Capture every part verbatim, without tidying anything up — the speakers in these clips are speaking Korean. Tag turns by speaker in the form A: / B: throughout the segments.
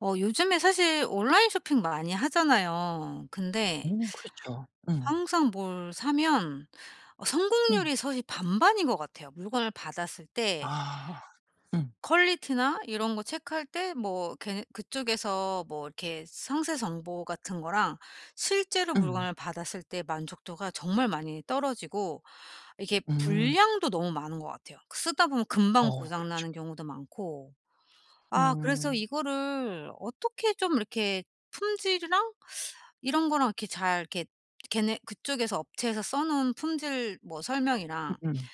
A: 어 요즘에 사실 온라인 쇼핑 많이 하잖아요. 근데
B: 어, 그렇죠. 응.
A: 항상 뭘 사면 어
B: 응.
A: 성공률이 사실 반반인 것 같아요. 물건을 받았을 때
B: 아. 응.
A: 퀄리티나 이런 거 체크할 때 뭐 그쪽에서 뭐 이렇게 상세 정보 같은 거랑 실제로
B: 응.
A: 물건을 받았을 때 만족도가 정말 많이 떨어지고 이게
B: 음.
A: 불량도 너무 많은 것 같아요. 그 쓰다 보면
B: 어,
A: 금방
B: 그렇
A: 고장
B: 죠
A: 나는 경우도 많고. 아 그래서
B: 음.
A: 이거를 어떻게 좀 이렇게 품질이랑 이런 거랑 이렇게 잘 이렇게 걔네 그쪽에서 업체에서 써 놓은 품질 뭐 설명이랑
B: 음음.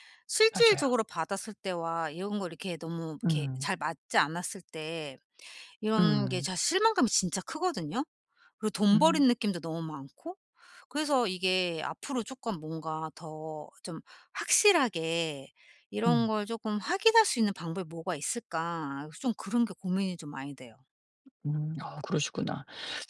B: 맞아요.
A: 실질적으로 받았을 때와 이런 거 이렇게 너무 이렇게
B: 음.
A: 잘 맞지 않았을 때 이런 게
B: 음.
A: 자 실망감이 진짜 크거든요. 그리고 돈
B: 음.
A: 버린 느낌도 너무 많고 그래서 이게 앞으로 쪼끔 뭔가 더 좀 확실하게 이런
B: 음.
A: 걸 쪼끔 확인할 수 있는 방법이 뭐가 있을까? 좀 그런 게 고민이 좀 많이 돼요.
B: 음. 아, 그러시구나.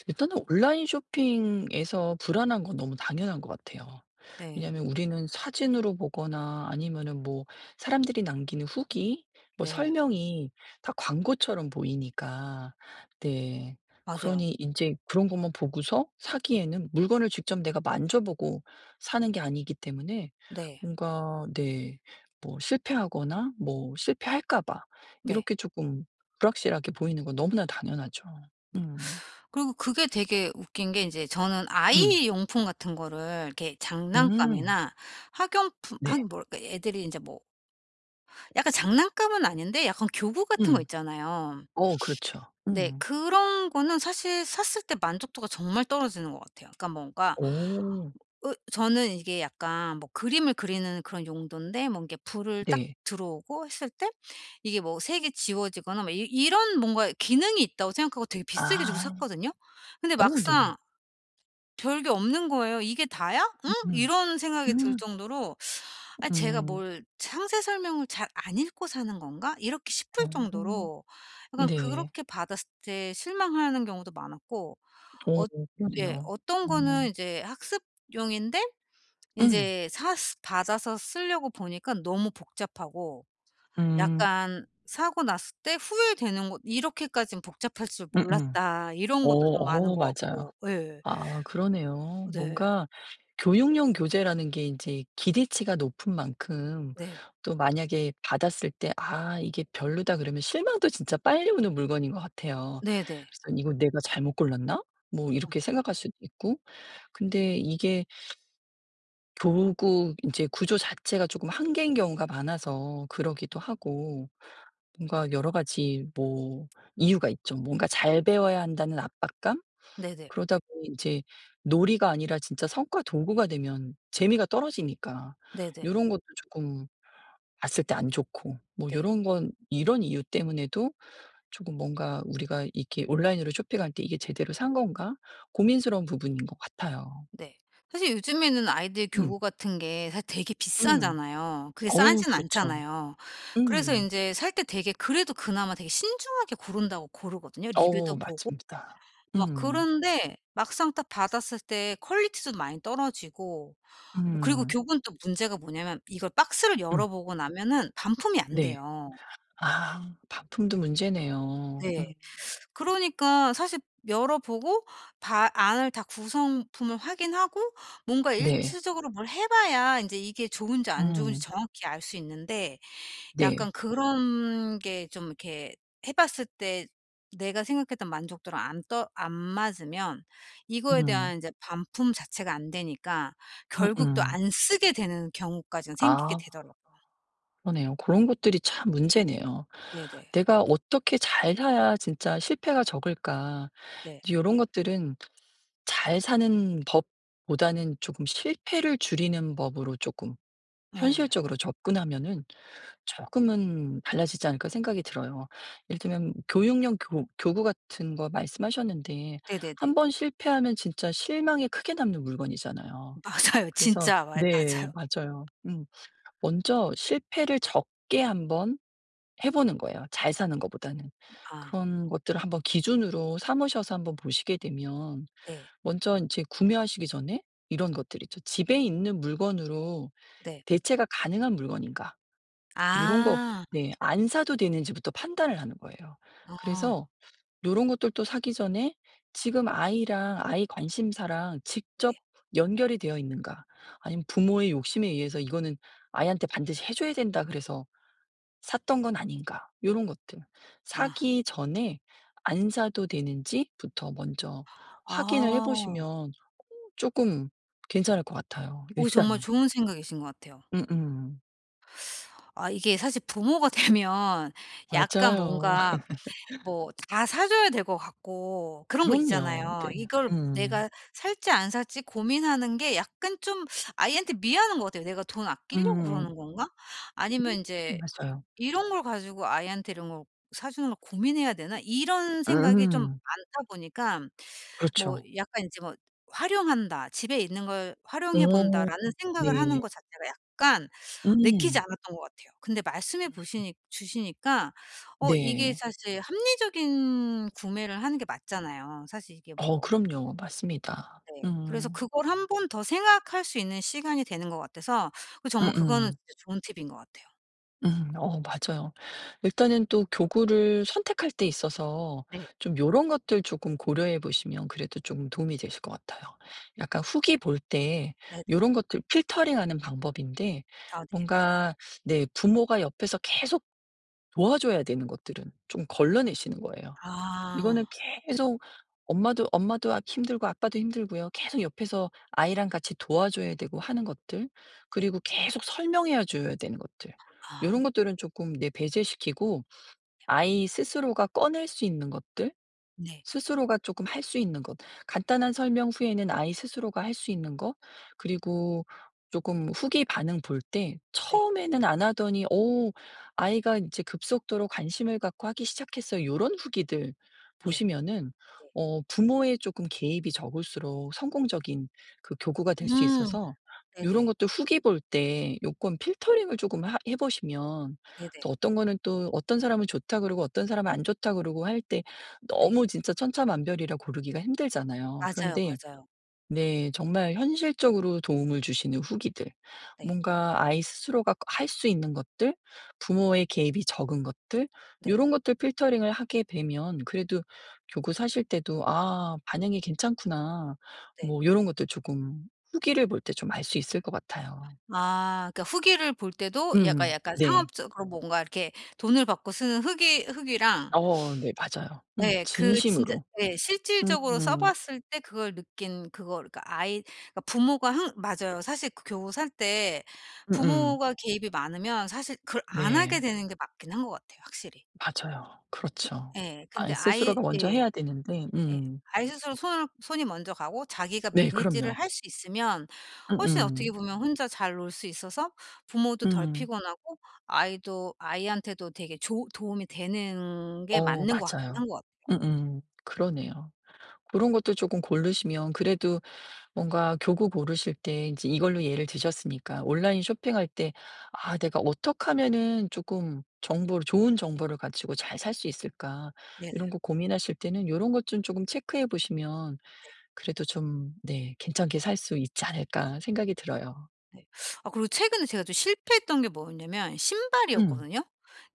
B: 일단은 온라인 쇼핑에서 불안한 건 너무 당연한 것 같아요.
A: 네.
B: 왜냐하면 우리는 사진으로 보거나 아니면은 뭐 사람들이 남기는 후기, 뭐
A: 네.
B: 설명이 다 광고처럼 보이니까. 네.
A: 맞아요.
B: 그러니 이제 그런 것만 보고서 사기에는 물건을 직접 내가 만져보고 사는 게 아니기 때문에
A: 네.
B: 뭔가, 네, 뭐 실패하거나 뭐 실패할까 봐
A: 네.
B: 이렇게 조금 불확실하게 보이는 건 너무나 당연하죠.
A: 네.
B: 음.
A: 그리고 그게 되게 웃긴 게 이제 저는
B: 음.
A: 아이 용품 같은 거를 이렇게
B: 음.
A: 장난감이나 학용품
B: 네.
A: 학 뭐랄까 애들이 이제 뭐 약간 장난감은 아닌데 약간 교구 같은 거
B: 음.
A: 있잖아요.
B: 어, 그렇죠.
A: 네.
B: 음.
A: 그런 거는 사실 샀을 때 만족도가 정말 떨어지는 것 같아요. 그러니까 뭔가
B: 오.
A: 으 저는 이게 약간 뭐 그림을 그리는 그런 용도인데 뭔게 불을 딱
B: 네.
A: 들어오고 했을 때 이게 뭐 색이 지워지거나 뭐 이 이런 뭔가 기능이 있다고 생각하고 되게 비싸게 주고
B: 아.
A: 샀거든요. 근데
B: 어, 네.
A: 막상 별게 없는 거예요. '이게 다야? 응?'
B: 음음.
A: 이런 생각이 들
B: 음.
A: 정도로 '아 제가
B: 음.
A: 뭘 상세 설명을 잘 안 읽고 사는 건가?' 이렇게 싶을
B: 아.
A: 정도로 약간
B: 네.
A: 그렇게 받았을 때 실망하는 경우도 많았고
B: 어,
A: 어
B: 음.
A: 예
B: 그러네요.
A: 어떤 거는
B: 음.
A: 이제 학습용인데
B: 음.
A: 인제 사스 받아서 쓰려고 보니까 너무 복잡하고
B: 음.
A: 약간 '사고 났을 때 후회되는 것 이렇게까진 복잡할 줄
B: 음음.
A: 몰랐다.' 이런
B: 어.
A: 것도 좀 많은
B: 어,
A: 것
B: 맞아요.
A: 같고 예.
B: 아, 그러네요.
A: 네.
B: 뭔가 교육용 교재라는 게 이제 기대치가 높은 만큼
A: 네.
B: 또 만약에 받았을 때 '아, 이게 별로다.' 그러면 실망도 진짜 빨리 오는 물건인 것 같아요.
A: 네네.
B: 그래서 '이거 내가 잘못 골랐나?' 뭐 이렇게 생각할 수도 있고. 근데 이게 교구 이제 구조 자체가 조금 한계인 경우가 많아서 그러기도 하고 뭔가 여러 가지, 뭐 이유가 있죠. 뭔가 '잘 배워야 한다.'는 압박감?
A: 네네.
B: 그러다 보니 이제 놀이가 아니라 진짜 성과 도구가 되면 재미가 떨어지니까
A: 네네.
B: 요런 것도 조금 봤을 때 안 좋고, 뭐
A: 네.
B: 요런 건 이런 이유 때문에도 조금 뭔가 우리가 이렇게 온라인으로 쇼핑할 때 '이게 제대로 산 건가?' 고민스러운 부분인 것 같아요.
A: 네. 사실 요즘에는 아이들
B: 음.
A: 교구 같은 게 사실 되게
B: 음.
A: 비싸잖아요. 그게
B: 어우,
A: 싸진
B: 그렇죠.
A: 않잖아요. 그래서
B: 음.
A: 인제 살 때 되게 그래도 그나마 되게 신중하게 고른다고 고르거든요. 리뷰도
B: 어,
A: 보고
B: 맞습니다.
A: 막
B: 음.
A: 그런데 막상 딱 받았을 때 퀄리티도 많이 떨어지고 뭐 그리고
B: 음.
A: 교구는 또 문제가 뭐냐면 이걸 박스를
B: 음.
A: 열어보고 나면은 반품이 안
B: 네.
A: 돼요.
B: 아, 반품도 문제네요.
A: 네.
B: 음.
A: 그러니까 사실 열어보고 바 안을 다 구성품을 확인하고 뭔가
B: 네.
A: 일차적으로 뭘 해 봐야 이제 이게 좋은지 안 좋은지
B: 음.
A: 정확히 알 수 있는데 약간
B: 네.
A: 그런 게 좀 이렇게 해 봤을 때 내가 생각했던 만족도랑 안 떠 안 맞으면 이거에
B: 음.
A: 대한 이제 반품 자체가 안 되니까 결국 또
B: 음음.
A: 안 쓰게 되는 경우까지는 생기게
B: 아,
A: 되더라고요.
B: 그러네요. 그런 것들이 참 문제네요.
A: 네네.
B: '내가 어떻게 잘 사야 진짜 실패가 적을까.'
A: 네.
B: 이런 것들은 잘 사는 법보다는 조금 실패를 줄이는 법으로 조금
A: 네,
B: 현실적으로 접근하면은 조금은 달라지지 않을까 생각이 들어요. 예를 들면 교육용 교 교구 같은 거 말씀하셨는데 한
A: 네네네.
B: 번 실패하면 진짜 실망이 크게 남는 물건이잖아요.
A: 맞아요.
B: 그래서
A: 진짜 말
B: 네,
A: 맞아요.
B: 맞아요. 음. 먼저 실패를 적게 한번 해 보는 거예요, 잘 사는 것보다는.
A: 아
B: 그런 것들을 한번 기준으로 삼으셔서 한번 보시게 되면
A: 네.
B: 먼저 이제 구매하시기 전에 이런 것들 있죠. '집에 있는 물건으로
A: 네.
B: 대체가 가능한 물건인가?' 이런 거,
A: 아.
B: 네, 안 사도 되는지부터 판단을 하는 거예요.
A: 아.
B: 그래서 이런 것들도 사기 전에 지금 아이랑 아이 관심사랑 직접
A: 네.
B: 연결이 되어 있는가? 아니면 부모의 욕심에 의해서 '이거는 아이한테 반드시 해 줘야 된다.' 그래서 샀던 건 아닌가 요런 것들.
A: 아.
B: 사기 전에 안 사도 되는지부터 먼저 확인을 해
A: 아.
B: 보시면 쪼끔 괜찮을 것 같아요
A: 어 정말
B: 일단은.
A: 좋은 생각이신 것 같아요.
B: 음음.
A: 아 이게 사실 부모가 되면 약간
B: 맞아요.
A: 뭔가 뭐 다 사 줘야 될 것 같고 그런 거
B: 그럼요.
A: 있잖아요.
B: 네.
A: 이걸
B: 음.
A: 내가 살지 안 살지 고민하는 게 약간 좀 아이한테 미안한 것 같아요. '내가 돈 아끼려고
B: 음.
A: 그러는 건가?'
B: 음,
A: 아니면 인제
B: 맞아요.
A: '이런 걸 가지고 아이한테 이런 걸 사주는 걸 고민해야 되나?' 이런 생각이 좀
B: 음.
A: 많다 보니까 뭐
B: 그렇죠.
A: 약간 인제 뭐 '활용한다. 집에 있는 걸 활용해
B: 어,
A: 본다.'라는
B: 네.
A: 생각을 하는 거 자체가 약간 내키지
B: 음.
A: 않았던 것 같아요. 근데 말씀해 보시니 주시니까 어 이게
B: 네.
A: 사실 합리적인 구매를 하는 게 맞잖아요. 사실 이게
B: 어,
A: 뭐
B: 그럼요. 맞습니다.
A: 네. 그래서
B: 음.
A: 그걸 한 번 더 생각할 수 있는 시간이 되는 것 같아서 그 정말 그거는
B: 음음.
A: 진짜 좋은 팁인 것 같아요.
B: 음. 어, 맞아요. 일단은 또 교구를 선택할 때 있어서
A: 네.
B: 좀 요런 것들 조금 고려해 보시면 그래도 좀 도움이 되실 것 같아요. 약간 후기 볼 때
A: 네네.
B: 요런 것들 필터링하는 방법인데
A: 아 네.
B: 뭔가 네, 부모가 옆에서 계속 도와줘야 되는 것들은 좀 걸러내시는 거예요. 이거는
A: 아.
B: 계속 엄마도 엄마도 아 힘들고 아빠도 힘들고요. 계속 옆에서 아이랑 같이 도와줘야 되고 하는 것들,
A: 네.
B: 그리고 계속 설명해 줘야 되는 것들, 이
A: 아
B: 런 것들은 조금 내 배제시키고 아이 스스로가 꺼낼 수 있는 것들,
A: 네.
B: 스스로가 조금 할 수 있는 것. 간단한 설명 후에는 아이 스스로가 할 수 있는 것, 그리고 조금 후기 반응 볼 때
A: 네.
B: 처음에는 안 하더니 오, 아이가 이제 급속도로 관심을 갖고 하기 시작했어요. 요런 후기들
A: 네.
B: 보시면은
A: 네.
B: 어 부모의 조금 개입이 적을수록 성공적인 그 교구가 될 수
A: 음.
B: 있어서 요런
A: 네네.
B: 것도 후기 볼 때 요건 필터링을 조금 하 해 보시면
A: 네네.
B: 또 어떤 거는, 또 어떤 사람은 좋다 그러고 어떤 사람은 안 좋다 그러고 할때
A: 네.
B: 너무 진짜 천차만별이라 고르기가 힘들잖아요.
A: 맞아요,
B: 그런데
A: 맞아요.
B: 네, 정말 현실적으로 도움을 주시는 후기들,
A: 네.
B: 뭔가 아이 스스로가 할 수 있는 것들, 부모의 개입이 적은 것들, 이
A: 네.
B: 런 것들 필터링을 하게 되면 그래도 교구 사실 때도 '아, 반응이 괜찮구나.'
A: 네.
B: 뭐 이런 것들 조금 후기를 볼 때 좀 알 수 있을 것 같아요.
A: 아 그러니까 후기를 볼 때도 약간
B: 음.
A: 약간
B: 네.
A: 상업적으로 뭔가 이렇게 돈을 받고 쓰는 후기 후기랑
B: 어, 네 맞아요. 음,
A: 예 그 진짜
B: 진심으로.
A: 예 실질적으로 써
B: 음.
A: 봤을 때 그걸 느낀 그거 그러니까 아이 그러니까 부모가 항 맞아요. 사실 그 교우 살 때
B: 음음.
A: 부모가 개입이 많으면 사실 그걸 안 하게
B: 네.
A: 되는 게 맞긴 한 것 같아요, 확실히.
B: 맞아요. 그렇죠.
A: 예. 근데
B: 아이
A: 아이
B: 스스로가 먼저
A: 예.
B: 해야 되는데
A: 예.
B: 음.
A: 아이 스스로 손을 손이 먼저 가고 자기가
B: 네,
A: 매니지를
B: 그럼요.
A: 할 수 있으면 훨씬 어떻게
B: 음음.
A: 보면 혼자 잘 놀 수 있어서 부모도 덜
B: 음.
A: 피곤하고 아이도 아이한테도 되게 조 도움이 되는 게
B: 어,
A: 맞는 것 같긴
B: 맞아요.
A: 한 것 같아요.
B: 음음. 그러네요. 고런 것도 조금 고르시면 그래도 뭔가 교구 고르실 때 인제 이걸로 예를 드셨으니까 온라인 쇼핑할 때 '아, 내가 어떻게 하면은 쪼끔 정보를 좋은 정보를 가지고 잘 살 수 있을까?'
A: 네네.
B: 요런 거 고민하실 때는 요런 것 좀 조금 체크해 보시면 그래도 좀 네 '괜찮게 살 수 있지 않을까.' 생각이 들어요.
A: 네. 아 그리고 최근에 제가 좀 실패했던 게 뭐였냐면
B: 음.
A: 신발이었거든요.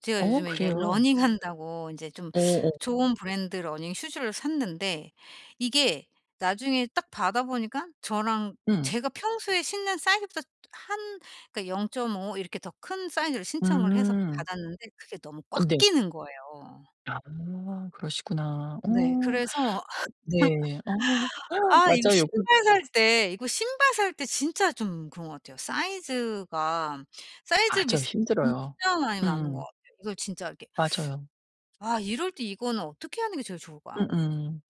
A: 제가
B: 어,
A: 요즘에 이제
B: 그래요?
A: 러닝한다고 인제 좀
B: 어어.
A: 좋은 브랜드 러닝 슈즈를 샀는데 이게 나중에 딱 받아 보니까 저랑
B: 음.
A: 제가 평소에 신는 사이즈보다 한 그러니까 영 점 오 이렇게 더 큰 사이즈를 신청을 해서
B: 음.
A: 받았는데 그게 너무
B: 아,
A: 꽉
B: 네.
A: 끼는 거예요.
B: 아, 그러시구나.
A: 네.
B: 어,
A: 그래서
B: 네. 어
A: 아 이거
B: 맞아요.
A: 신발 살 때 이거 신발 살 때 진짜 좀 그런 것 같아요. 사이즈가 사이즈
B: 맞아,
A: 미스가
B: 힘들어요.
A: 진짜 많이 나는 것
B: 음.
A: 같아요. 이걸 진짜 이렇게
B: 맞아요.
A: 아 이럴 때 이거는 어떻게 하는 게 제일 좋을까요?
B: 음음.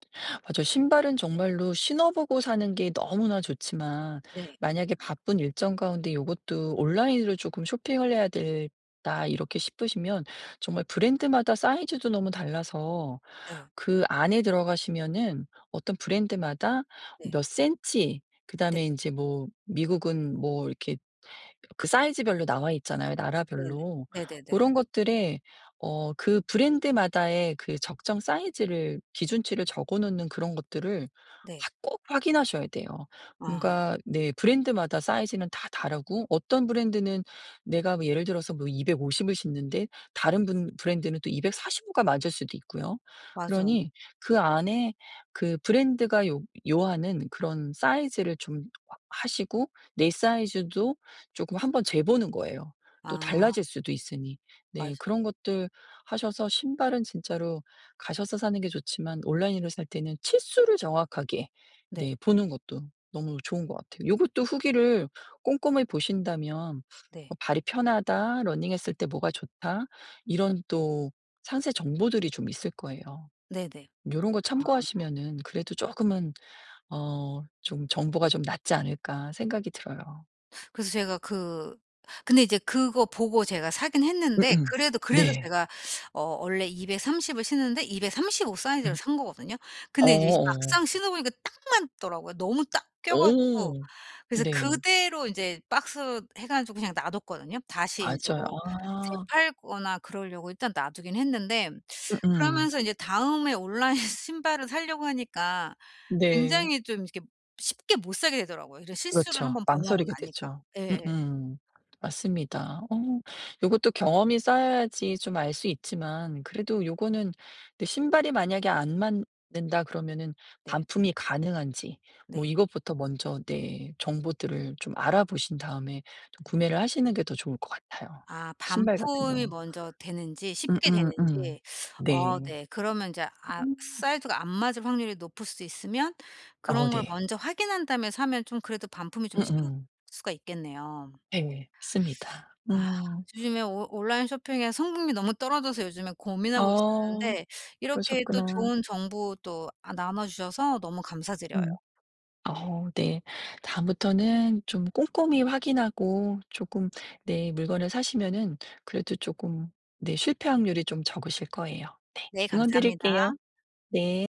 B: 맞아요. 신발은 정말로 신어 보고 사는 게 너무나 좋지만
A: 네.
B: 만약에 바쁜 일정 가운데 요것도 '온라인으로 조금 쇼핑을 해야 되겠다.' 이렇게 싶으시면 정말 브랜드마다 사이즈도 너무 달라서
A: 네.
B: 그 안에 들어가시면은 어떤 브랜드마다
A: 네.
B: 몇 센치, 그다음에 인제 뭐 미국은 뭐 이렇게 그 사이즈별로 나와 있잖아요,
A: 네네.
B: 나라별로. 그
A: 네네네.
B: 런 것들에 어 그 브랜드마다의 그 적정 사이즈를 기준치를 적어 놓는 그런 것들을
A: 네.
B: 확 꼭 확인하셔야 돼요.
A: 아
B: 뭔가 네, 브랜드마다 사이즈는 다 다르고 어떤 브랜드는 내가 뭐 예를 들어서 뭐 이백오십을 신는데 다른 분 브랜드는 또 이백사십오가 맞을 수도 있고요.
A: 맞아요.
B: 그러니 그 안에 그 브랜드가 요 요하는 그런 사이즈를 좀 하시고 내 사이즈도 조금 한번 재보는 거예요. 또
A: 아
B: 달라질 수도 있으니. 네,
A: 맞아요.
B: 그런 것들 하셔서 신발은 진짜로 가셔서 사는 게 좋지만 온라인으로 살 때는 치수를 정확하게 네
A: 네.
B: 보는 것도 너무 좋은 것 같아요. 요것도 후기를 꼼꼼히 보신다면
A: 네.
B: 어 '발이 편하다. 러닝했을 때 뭐가 좋다.' 이런 또 상세 정보들이 좀 있을 거예요.
A: 네네.
B: 요런 거
A: 아.
B: 참고하시면은 그래도 조금은 어 좀 '정보가 좀 낫지 않을까.' 생각이 들어요.
A: 그래서 제가 그 근데 이제 그거 보고 제가 사긴 했는데
B: 음음.
A: 그래도 그래서
B: 네.
A: 제가 어 원래 이백삼십을 신는데 이백삼십오 사이즈를
B: 음.
A: 산 거거든요.
B: 어,
A: 근데 이제
B: 어.
A: 막상 신어보니까 딱 맞더라고요. 너무 딱 껴 가지고
B: 오.
A: 그래서
B: 네.
A: 그대로 인제 박스 해 가지고 그냥 놔뒀거든요. 다시 인제
B: 맞아요.
A: 뭐
B: 아.
A: 재팔거나 그러려고 일단 놔두긴 했는데
B: 음음.
A: 그러면서 이제 다음에 온라인 신발을 사려고 하니까
B: 네.
A: 굉장히 좀 이렇게 쉽게 못 사게 되더라고요. 이런 실수를 한
B: 그렇죠.
A: 번 범하고
B: 망설이게
A: 나니까.
B: 되죠.
A: 예예.
B: 음음. 맞습니다. 어 요것도 경험이 쌓여야지 좀 알 수 있지만 그래도 요거는 근데 신발이 만약에 안 맞는다 그러면은
A: 네.
B: 반품이 가능한지 뭐
A: 네.
B: 이것부터 먼저 네 정보들을 좀 알아보신 다음에 좀
A: 네.
B: 구매를 하시는 게 더 좋을 것 같아요.
A: 아
B: 신발 같은
A: 반품이
B: 경우.
A: 먼저 되는지 쉽게
B: 음음음.
A: 되는지. 어
B: 네.
A: 네. 그러면 인제 아
B: 음.
A: 사이즈가 안 맞을 확률이 높을 수 있으면
B: 어,
A: 그런 걸
B: 네.
A: 먼저 확인한 다음에 사면 좀 그래도 반품이 좀 쉬울
B: 음음.
A: 수가 있겠네요.
B: 네. 맞습니다.
A: 아
B: 음.
A: 요즘에 오 온라인 쇼핑의 성공률이 너무 떨어져서 요즘에 고민하고
B: 어,
A: 있었는데 이렇게 또
B: 그러셨구나.
A: 좋은 정보 또 아 나눠 주셔서 너무 감사드려요.
B: 음. 어, 네. 다음부터는 좀 꼼꼼히 확인하고 조금 네 물건을 사시면은 그래도 조금 네 실패 확률이 좀 적으실 거예요. 네.
A: 네
B: 응원
A: 감사합니다.
B: 드릴게요.